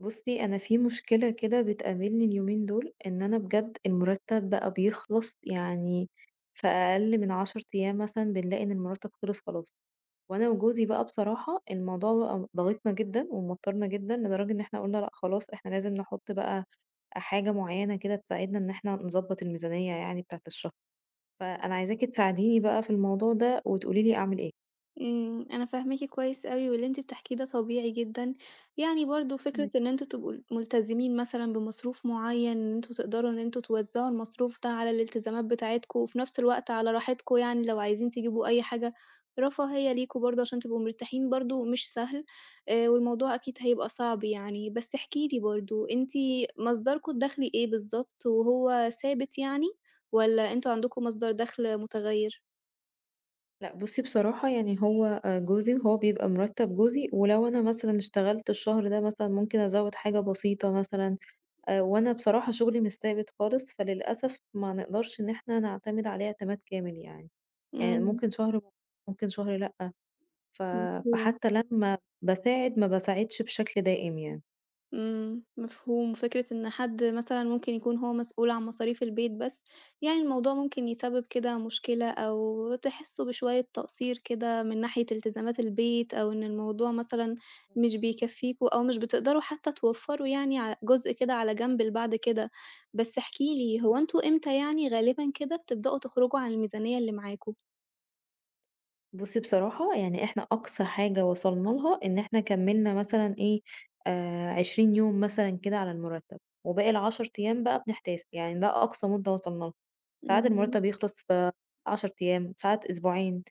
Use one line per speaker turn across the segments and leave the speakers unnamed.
بُصّي، أنا في مشكلة كده بتقابلني اليومين دول، إن أنا بجد المُرتّب بقى بيخلص يعني في أقل من 10 أيام مثلًا بنلاقي إن المُرتّب خلص خلاص. وأنا وجوزي بقى بصراحة الموضوع بقى ضاغطنا جدًا وموتّرنا جدًا لدرجة إن إحنا قُلنا لأ خلاص إحنا لازم نحُط بقى حاجة معيّنة كده تساعدنا إن إحنا نضبّط الميزانية يعني بتاعة الشهر. فأنا عايزاكِ تساعديني بقى في الموضوع ده وتقولي لي أعمل إيه.
أنا فاهماكِ كويس أوي، واللي أنتِ بتحكيه ده طبيعي جدًا، يعني برضه فكرة إن أنتم تبقوا ملتزمين مثلًا بمصروف معيّن، إن أنتم تقدروا إن أنتم توزّعوا المصروف ده على الالتزامات بتاعتكم، وفي نفس الوقت على راحتكم يعني لو عايزين تجيبوا أي حاجة رفاهية ليكم برضه عشان تبقوا مرتاحين برضه مش سهل، والموضوع أكيد هيبقى صعب يعني. بس احكِ لي برضه، أنتِ مصدركم الدخلي إيه بالضبط، وهو ثابت يعني والّا أنتم عندكم مصدر دخل متغيّر؟
لأ بُصّي بصراحة يعني هو جوزي وهو بيبقى مرتّب جوزي، ولو أنا مثلًا اشتغلت الشهر ده مثلًا ممكن أزوّد حاجة بسيطة مثلًا. وأنا بصراحة شغلي مش ثابت خالص، فللأسف ما نقدرش إن إحنا نعتمد عليه اعتماد كامل يعني. يعني
إمم،
ممكن شهر لأ. ف
مفهوم.
فحتى لمّا باساعد ما باساعدش بشكل دائم يعني.
إمم، مفهوم، وفكرة إن حد مثلًا ممكن يكون هو مسؤول عن مصاريف البيت بس، يعني الموضوع ممكن يسبب كده مشكلة أو تحسّوا بشوية تقصير كده من ناحية التزامات البيت، أو إن الموضوع مثلًا مش بيكفّيكوا أو مش بتقدروا حتى توفّروا يعني ع جزء كده على جنب لبعد كده. بس احكِ لي، هو أنتم إمتى يعني غالبًا كده بتبدأوا تخرجوا عن الميزانية اللي معاكم؟
بُصّي بصراحة يعني إحنا أقصى حاجة وصلنا لها إن إحنا كمّلنا مثلًا إيه، 20 يوم مثلًا كده على المُرتّب، وباقي ال10 أيام بقى بنحتاس، يعني ده أقصى مدة وصلنا لها. ساعات
إمم.
المُرتّب يخلص في 10 أيام، ساعات أسبوعين،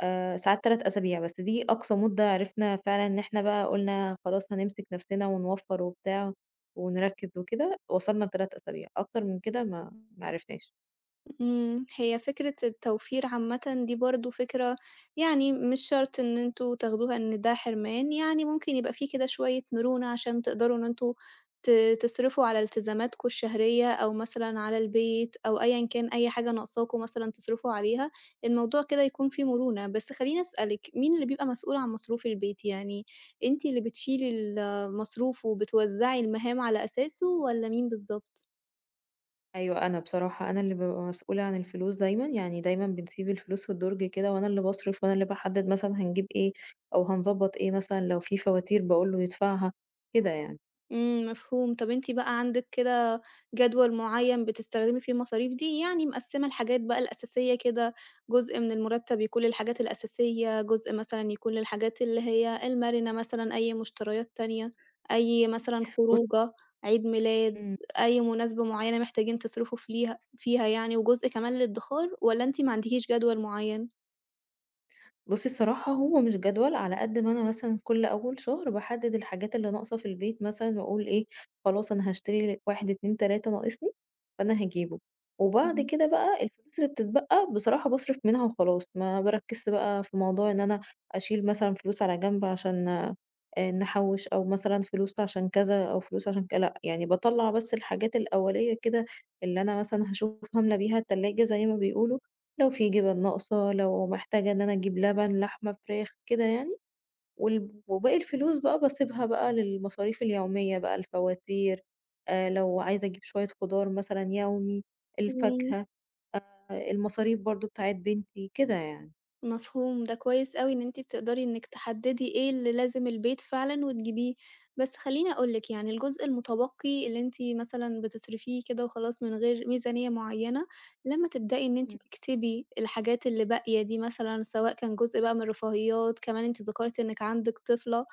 ساعات 3 أسابيع، بس دي أقصى مدة عرفنا فعلًا إن إحنا بقى قُلنا خلاص هنمسك نَفْسنا ونوفّر وبتاع ونركّز وكده، وصلنا ل3 أسابيع. أكتر من كده ما عرفناش.
هي فكرة التوفير عامةً دي برضه فكرة يعني مش شرط إن أنتم تاخدوها إن ده حرمان، يعني ممكن يبقى في كده شوية مرونة عشان تقدروا إن أنتم ت تصرفوا على التزاماتكم الشهرية أو مثلًا على البيت أو أيًا كان أي حاجة ناقصاكم مثلًا تصرفوا عليها، الموضوع كده يكون فيه مرونة. بس خلّيني أسألِك، مين اللي بيبقى مسؤول عن مصروف البيت؟ يعني أنتِ اللي بتشيلي المصروف وبتوزّعي المهام على أساسه والّا مين بالضبط؟
أيوه، أنا بصراحة أنا اللي بابقى مسؤولة عن الفلوس دايمًا، يعني دايمًا بنسيب الفلوس في الدرج كده وأنا اللي باصرف وأنا اللي باحدد مثلًا هنجيب إيه، أو هنضبّط إيه مثلًا لو في فواتير باقول له يدفعها، كده يعني.
إمم، مفهوم. طَب أنتِ بقى عندِك كده جدول معيّن بتستخدمي فيه المصاريف دي، يعني مقسّمة الحاجات بقى الأساسية كده، جزء من المُرتّب يكون للحاجات الأساسية، جزء مثلًا يكون للحاجات اللي هي المَرِنة مثلًا، أي مشتريات تانية، أي مثلًا
بُص
خروجة، عيد ميلاد،
إمم.
أي مناسبة معيّنة محتاجين تصرفوا فليها فيها يعني، وجزء كمان للإدّخار والّا أنتِ ما عندكيش جدول معيّن؟
بُصّي الصراحة هو مش جدول، على قد ما أنا مثلًا كل أول شهر باحدد الحاجات اللي ناقصة في البيت مثلًا، وأقول إيه خلاص أنا هاشتري 1، 2، 3 ناقصني، فأنا هاجيبه. وبعد
اهم.
كده بقى الفلوس اللي بتتبقى بصراحة باصرف منها وخلاص، ما باركزش بقى في موضوع إن أنا أشيل مثلًا فلوس على جنب عشان نحوّش، أو مثلًا فلوس عشان كذا، أو فلوس عشان ك لأ، يعني باطلّع بس الحاجات الأولية كده اللي أنا مثلًا هاشوف هاملى بيها التلاجة زي ما بيقولوا. لو في جبن ناقصة، لو محتاجة إن أنا أجيب لبن، لحمة، فراخ، كده يعني. وباقي الفلوس بقى باسيبها بقى للمصاريف اليومية بقى، الفواتير، لو عايزة أجيب شوية خضار مثلًا يومي،
إمم.
الفاكهة، المصاريف برضه بتاعة بنتي، كده يعني.
مفهوم، ده كويس أوي إن أنتِ بتقدري إنِّك تحدّدي إيه اللي لازم البيت فعلًا وتجيبيه، بس خلّيني أقول لِك يعني الجزء المتبقي اللي أنتِ مثلًا بتصرفيه كده وخلاص من غير ميزانية معيّنة، لمّا تبدئي إن أنتِ
إمم،
تكتبي الحاجات اللي باقية دي مثلًا سواء كان جزء بقى من الرفاهيات، كمان أنتِ ذكرتِ إنِّك عندِك طفلة،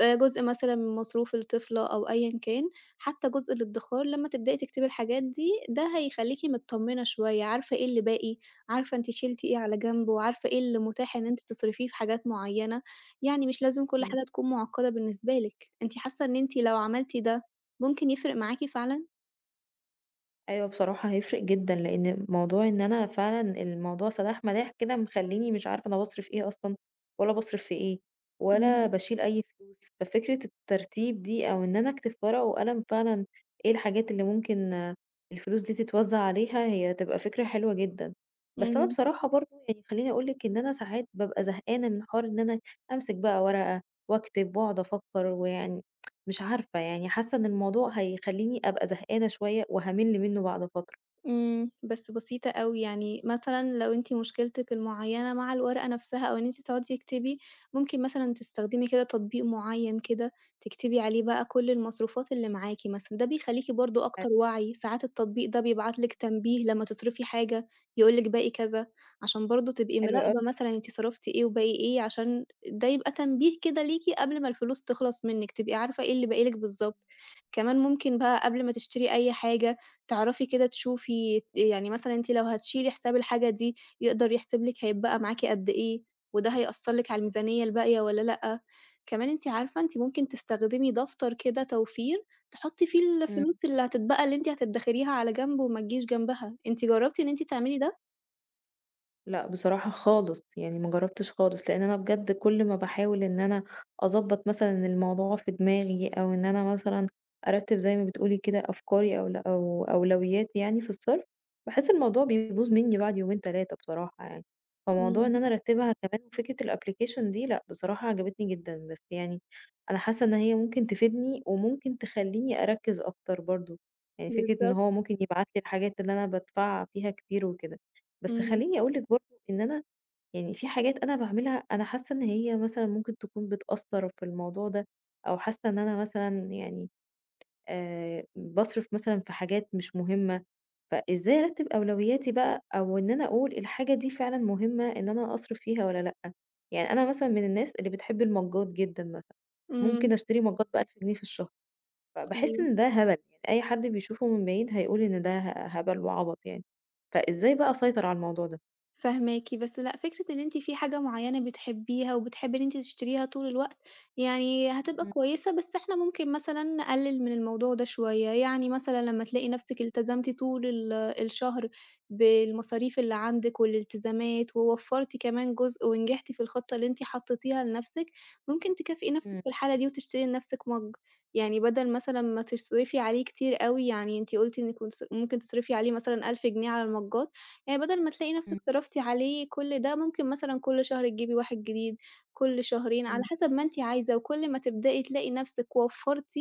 جزء مثلًا من مصروف الطفلة أو أيًا كان، حتى جزء الادّخار لمّا تبدئي تكتبي الحاجات دي، ده هيخلّيكِ متطمنة شوية، عارفة إيه اللي باقي، عارفة أنتِ شِلتِ إيه على جنب، وعارفة إيه اللي متاح إن
إمم،
أنتِ تصرفيه في حاجات معيّنة، يعني مش لازم كل
إمم.
حاجة تكون معقّدة بالنسبة لِك، أنتِ حاسة إن أنتِ لو عملتِ ده ممكن يفرق معاكِ فعلًا؟
أيوه بصراحة هيفرق جدًا، لإن موضوع إن أنا فعلًا الموضوع سداح مداح كده مخلّيني مش عارفة أنا باصرف إيه أصلًا، ولا باصرف في إيه، ولا
إمم،
باشيل أي فلوس. ففكرة الترتيب دي أو إن أنا أكتب ورقة وقلم فعلًا إيه الحاجات اللي ممكن الفلوس دي تتوزع عليها، هي تبقى فكرة حلوة جدًا. بس أنا
إمم.
بصراحة برضه يعني خلّيني أقول لِك إن أنا ساعات بابقى زهقانة من حوار إن أنا أمسك بقى ورقة، واكتب واقعد أفكّر ويعني مش عارفة يعني حاسة إن الموضوع هيخلّيني أبقى زهقانة شوية وهامِل منّه بعد فترة.
بس بسيطة أوي، يعني مثلًا لو أنتِ مشكلتِك المعيّنة مع الورقة نفسها أو إن أنتِ تقعدي تكتبي، ممكن مثلًا تستخدمي كده تطبيق معيّن كده، تكتبي عليه بقى كل المصروفات اللي معاكِ مثلًا، ده بيخلّيكِ برضه
حلو،
أكتر وعي، ساعات التطبيق ده بيبعت لِك تنبيه لمّا تصرفي حاجة، يقول لِك باقي كذا، عشان برضه تبقي
حلو
مراقبة
أوي.
مثلًا أنتِ صرفتِ إيه وباقي إيه، عشان ده يبقى تنبيه كده ليكِ قبل ما الفلوس تخلص منِّك، تبقي عارفة إيه اللي باقي لِك بالضبط. كمان ممكن بقى قبل ما تشتري أي حاجة تعرفي كده تشوفي يعني مثلًا أنتِ لو هتشيلي حساب الحاجة دي، يقدر يحسب لِك هيتبقى معاكِ قد إيه، وده هيأثّر لِك على الميزانية الباقية والّا لأ. كمان أنتِ عارفة أنتِ ممكن تستخدمي دفتر كده توفير، تحطّي فيه
إمم.
الفلوس اللي هتتبقى اللي أنتِ هتدخريها على جنب وما تجيش جنبها. أنتِ جرّبتِ إن أنتِ تعملي ده؟
لأ، بصراحة خالص، يعني ما جرّبتش خالص، لإن أنا بجد كل ما باحاول إن أنا أضبّط مثلًا الموضوع في دماغي، أو إن أنا مثلًا أرتّب زي ما بتقولي كده أفكاري أو أولوياتي يعني في الصرف، باحس الموضوع بيبوظ منّي بعد يومين 3 بصراحة يعني. فموضوع إن
إمم،
أنا أرتّبها كمان وفكرة الapplication دي لأ، بصراحة عجبتني جدًا، بس يعني أنا حاسة إن هي ممكن تفيدني، وممكن تخلّيني أركّز أكتر برضه، يعني فكرة إن
بالضبط،
هو ممكن يبعت لي الحاجات اللي أنا بادفع فيها كتير وكده. بس
إمم،
خلّيني أقول لِك برضه إن أنا يعني في حاجات أنا باعملها أنا حاسة إن هي مثلًا ممكن تكون بتأثّر في الموضوع ده، أو حاسة إن أنا مثلًا يعني باصرف مثلًا في حاجات مش مهمة، فإزاي أرتّب أولوياتي بقى أو إن أنا أقول الحاجة دي فعلًا مهمة إن أنا أصرف فيها والّا لأ؟ يعني أنا مثلًا من الناس اللي بتحب المجّات جدًا مثلًا،
إمم،
ممكن أشتري مجّات ب1000 جنيه في الشهر، فباحس
أيوه.
إن ده هبل، يعني أي حد بيشوفه من بعيد هيقول إن ده ه هبل وعبط يعني. فإزاي بقى أسيطر على الموضوع ده؟
فاهماكِ، بس لأ، فكرة إن أنتِ في حاجة معيّنة بتحبّيها وبتحبّي إن أنتِ تشتريها طول الوقت، يعني هتبقى
إمم.
كويسة، بس إحنا ممكن مثلًا نقلِّل من الموضوع ده شوية، يعني مثلًا لمّا تلاقي نَفْسِك التزمتِ طول الشهر بالمصاريف اللي عندِك والالتزامات ووفّرتِ كمان جزء ونجحتِ في الخطة اللي أنتِ حطّيتيها لنَفْسِك، ممكن تكافئي نَفْسِك
إمم،
في الحالة دي وتشتري لنَفْسِك مَج، يعني بدل مثلًا ما تصرفي عليه كتير أوي، يعني أنتِ قُلتِ إنِّك كنتِ ممكن تصرفي عليه مثلًا 1000 جنيه على المَجّات، يعني بدل ما تلاقي نفسِك
إمم،
صرفتِ عليه كل ده، ممكن مثلًا كل شهر تجيبي واحد جديد، كل شهرين، على
إمم،
حسب ما أنتِ عايزة، وكل ما تبدئي تلاقي نفسِك وفّرتِ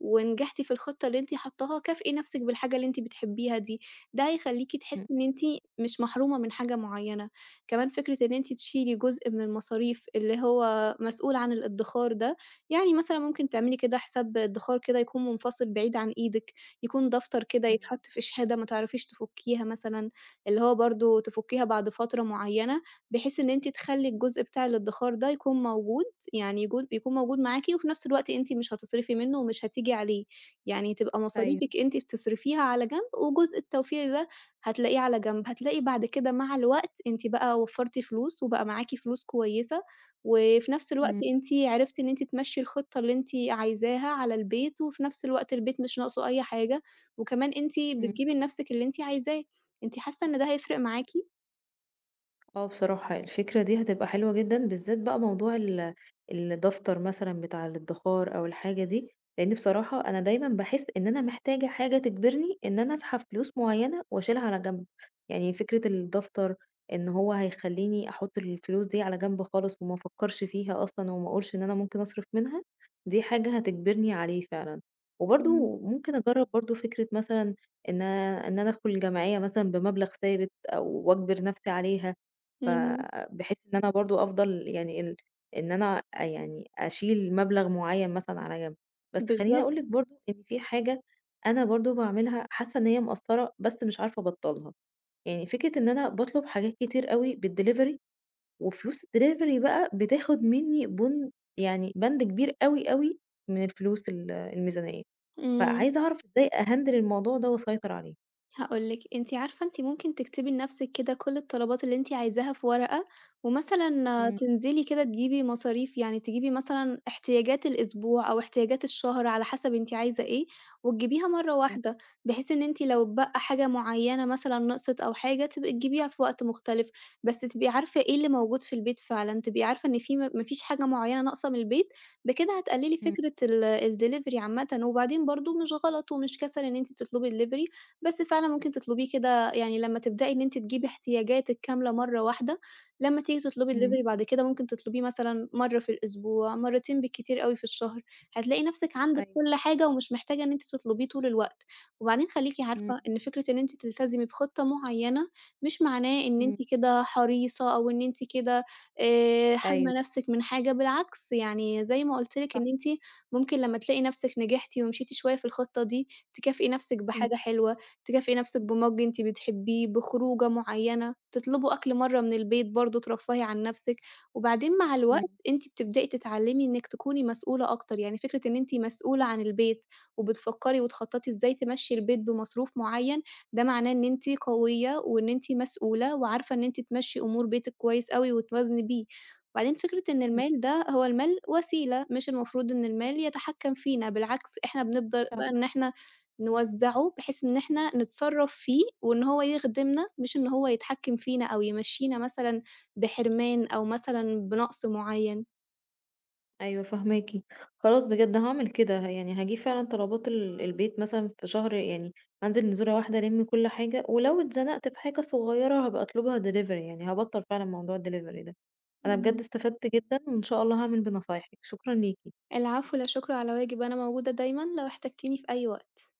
ونجحتِ في الخطة اللي أنتِ حاطاها، كافئي نفسِك بالحاجة اللي أنتِ بتحبيها دي، ده هيخلّيكِ تحسّي
إمم،
إن أنتِ مش محرومة من حاجة معيّنة. كمان فكرة إن أنتِ تشيلي جزء من المصاريف اللي هو مسؤول عن الادّخار ده، يعني مثلًا ممكن تعملي كده حساب ادّخار كده يكون منفصل بعيد عن إيدِك، يكون دفتر كده
إمم،
يتحط في شهادة ما تعرفيش تفكيها مثلًا. اللي هو برضه تفُكيها بعد فترة معيّنة، بحيث إن أنتِ تخلّي الجزء بتاع الادّخار ده يكون موجود، يعني يكون موجود معاكِ وفي نفس الوقت أنتِ مش هتصرفي منه ومش هتيجي عليه، يعني تبقى
أيوه،
مصاريفِك أنتِ بتصرفيها على جنب، وجزء التوفير ده هتلاقيه على جنب، هتلاقي بعد كده مع الوقت أنتِ بقى وفّرتِ فلوس وبقى معاكِ فلوس كويسة، وفي نفس الوقت
إمم،
أنتِ عرفتِ إن أنتِ تمشّي الخطة اللي أنتِ عايزاها على البيت، وفي نفس الوقت البيت مش ناقصه أي حاجة، وكمان أنتِ
إمم.
بتجيبي لنفسِك اللي أنتِ عايزاه. أنتِ حاسة إن ده هيفرق معاكِ؟
آه بصراحة الفكرة دي هتبقى حلوة جدًا، بالذات بقى موضوع الدفتر مثلًا بتاع الادخار أو الحاجة دي، لإن بصراحة أنا دايمًا باحس إن أنا محتاجة حاجة تجبرني إن أنا أسحب فلوس معيّنة وأشيلها على جنب. يعني فكرة الدفتر إن هو هيخلّيني أحُط الفلوس دي على جنب خالص وما أفكّرش فيها أصلًا وما أقولش إن أنا ممكن أصرف منها، دي حاجة هتجبرني عليه فعلًا.
إمم،
وبرضه ممكن أجرّب برضه فكرة مثلًا إن أنا أدخل الجمعية مثلًا بمبلغ ثابت أو وأجبر نَفْسي عليها. ف
إمم،
بحيث إن أنا برضه أفضل يعني إن أنا يعني أشيل مبلغ معيّن مثلًا على جنب. بس خلّيني
بالضبط،
أقول لِك برضه إن في حاجة أنا برضه باعملها حاسة إن هي مأثّرة، بس مش عارفة أبطّلها. يعني فكرة إن أنا باطلب حاجات كتير أوي بالdelivery وفلوس الdelivery بقى بتاخد منّي يعني بَند كبير أوي، أوي من الفلوس الميزانية.
إمم.
فعايزة أعرف إزاي أhandle الموضوع ده وأسيطر عليه.
هاقول لِك، أنتِ عارفة أنتِ ممكن تكتبي لنفسِك كده كل الطلبات اللي أنتِ عايزاها في ورقة، ومثلًا
إمم،
تنزلي كده تجيبي مصاريف، يعني تجيبي مثلًا احتياجات الأسبوع أو احتياجات الشهر على حسب أنتِ عايزة إيه، وتجيبيها مرة
إمم،
واحدة، بحيث إن أنتِ لو اتبقى حاجة معينة مثلًا نقصت أو حاجة تبقي تجيبيها في وقت مختلف، بس تبقي عارفة إيه اللي موجود في البيت فعلًا، تبقي عارفة إن في ما فيش حاجة معينة ناقصة من البيت، بكده هتقللي
إمم،
فكرة الdelivery عامةً، وبعدين برضه مش غلط ومش كسل إن أنتِ تطلبي delivery بس فعلًا ممكن تطلبيه كده يعني لمّا تبدئي إن أنتِ تجيبي احتياجاتِك كاملة مرّة واحدة، لمّا تيجي تطلبي
إمم،
delivery بعد كده ممكن تطلبيه مثلًا مرّة في الأسبوع، مرّتين بالكتير أوي في الشهر، هتلاقي نَفْسِك عندِك
أيوه.
كل حاجة ومش محتاجة إن أنتِ تطلبيه طول الوقت. وبعدين خلّيكِ
إمم،
عارفة إن فكرة إن أنتِ تلتزمي بخطة معيّنة مش معناه إن أنتِ
إمم.
كده حريصة أو إن أنتِ كده حارمة
أيوه،
نَفْسِك من حاجة، بالعكس يعني زي ما قُلت لِك إن أنتِ ممكن لمّا تلاقي نَفْسِك نجحتِ ومشيتِ شوية في الخطة دي، تكافئي نَفْسِك
صح.
بحاجة حلوة. تكافئي نَفْسِك بMug أنتِ بتحبّيه، بخروجة معيّنة، تطلبوا أكل مرّة من البيت برضه ترفّهي عن نَفْسِك، وبعدين مع الوقت
إمم،
أنتِ بتبدئي تتعلّمي إنِّك تكوني مسؤولة أكتر، يعني فكرة إن أنتِ مسؤولة عن البيت وبتفكّري وتخطّطي إزاي تمشّي البيت بمصروف معيّن، ده معناه إن أنتِ قوية وإن أنتِ مسؤولة وعارفة إن أنتِ تمشّي أمور بيتِك كويس أوي وتوازني بيه. وبعدين فكرة إن
إمم،
المال ده هو المال وسيلة، مش المفروض إن المال يتحكّم فينا، بالعكس إحنا بنقدر بقى إن إحنا نوزّعه بحيث إن إحنا نتصرّف فيه وإن هو يخدمنا، مش إن هو يتحكّم فينا أو يمشّينا مثلًا بحرمان أو مثلًا بنقص معيّن.
أيوه فاهماكِ. خلاص بجد هاعمل كده، يعني هاجيب فعلًا طلبات البيت مثلًا في شهر يعني هانزل نزولة واحدة ألِم كل حاجة، ولو اتزنقت في حاجة صغيرة هابقى أطلبها delivery يعني هابطّل فعلًا موضوع الdelivery ده. أنا
اهم.
بجد استفدت جدًا، وإن شاء الله هاعمل بنصايحِك، شكرًا ليكِ.
العفو، لا شُكر على واجب، أنا موجودة دايمًا لو احتجتيني في أي وقت.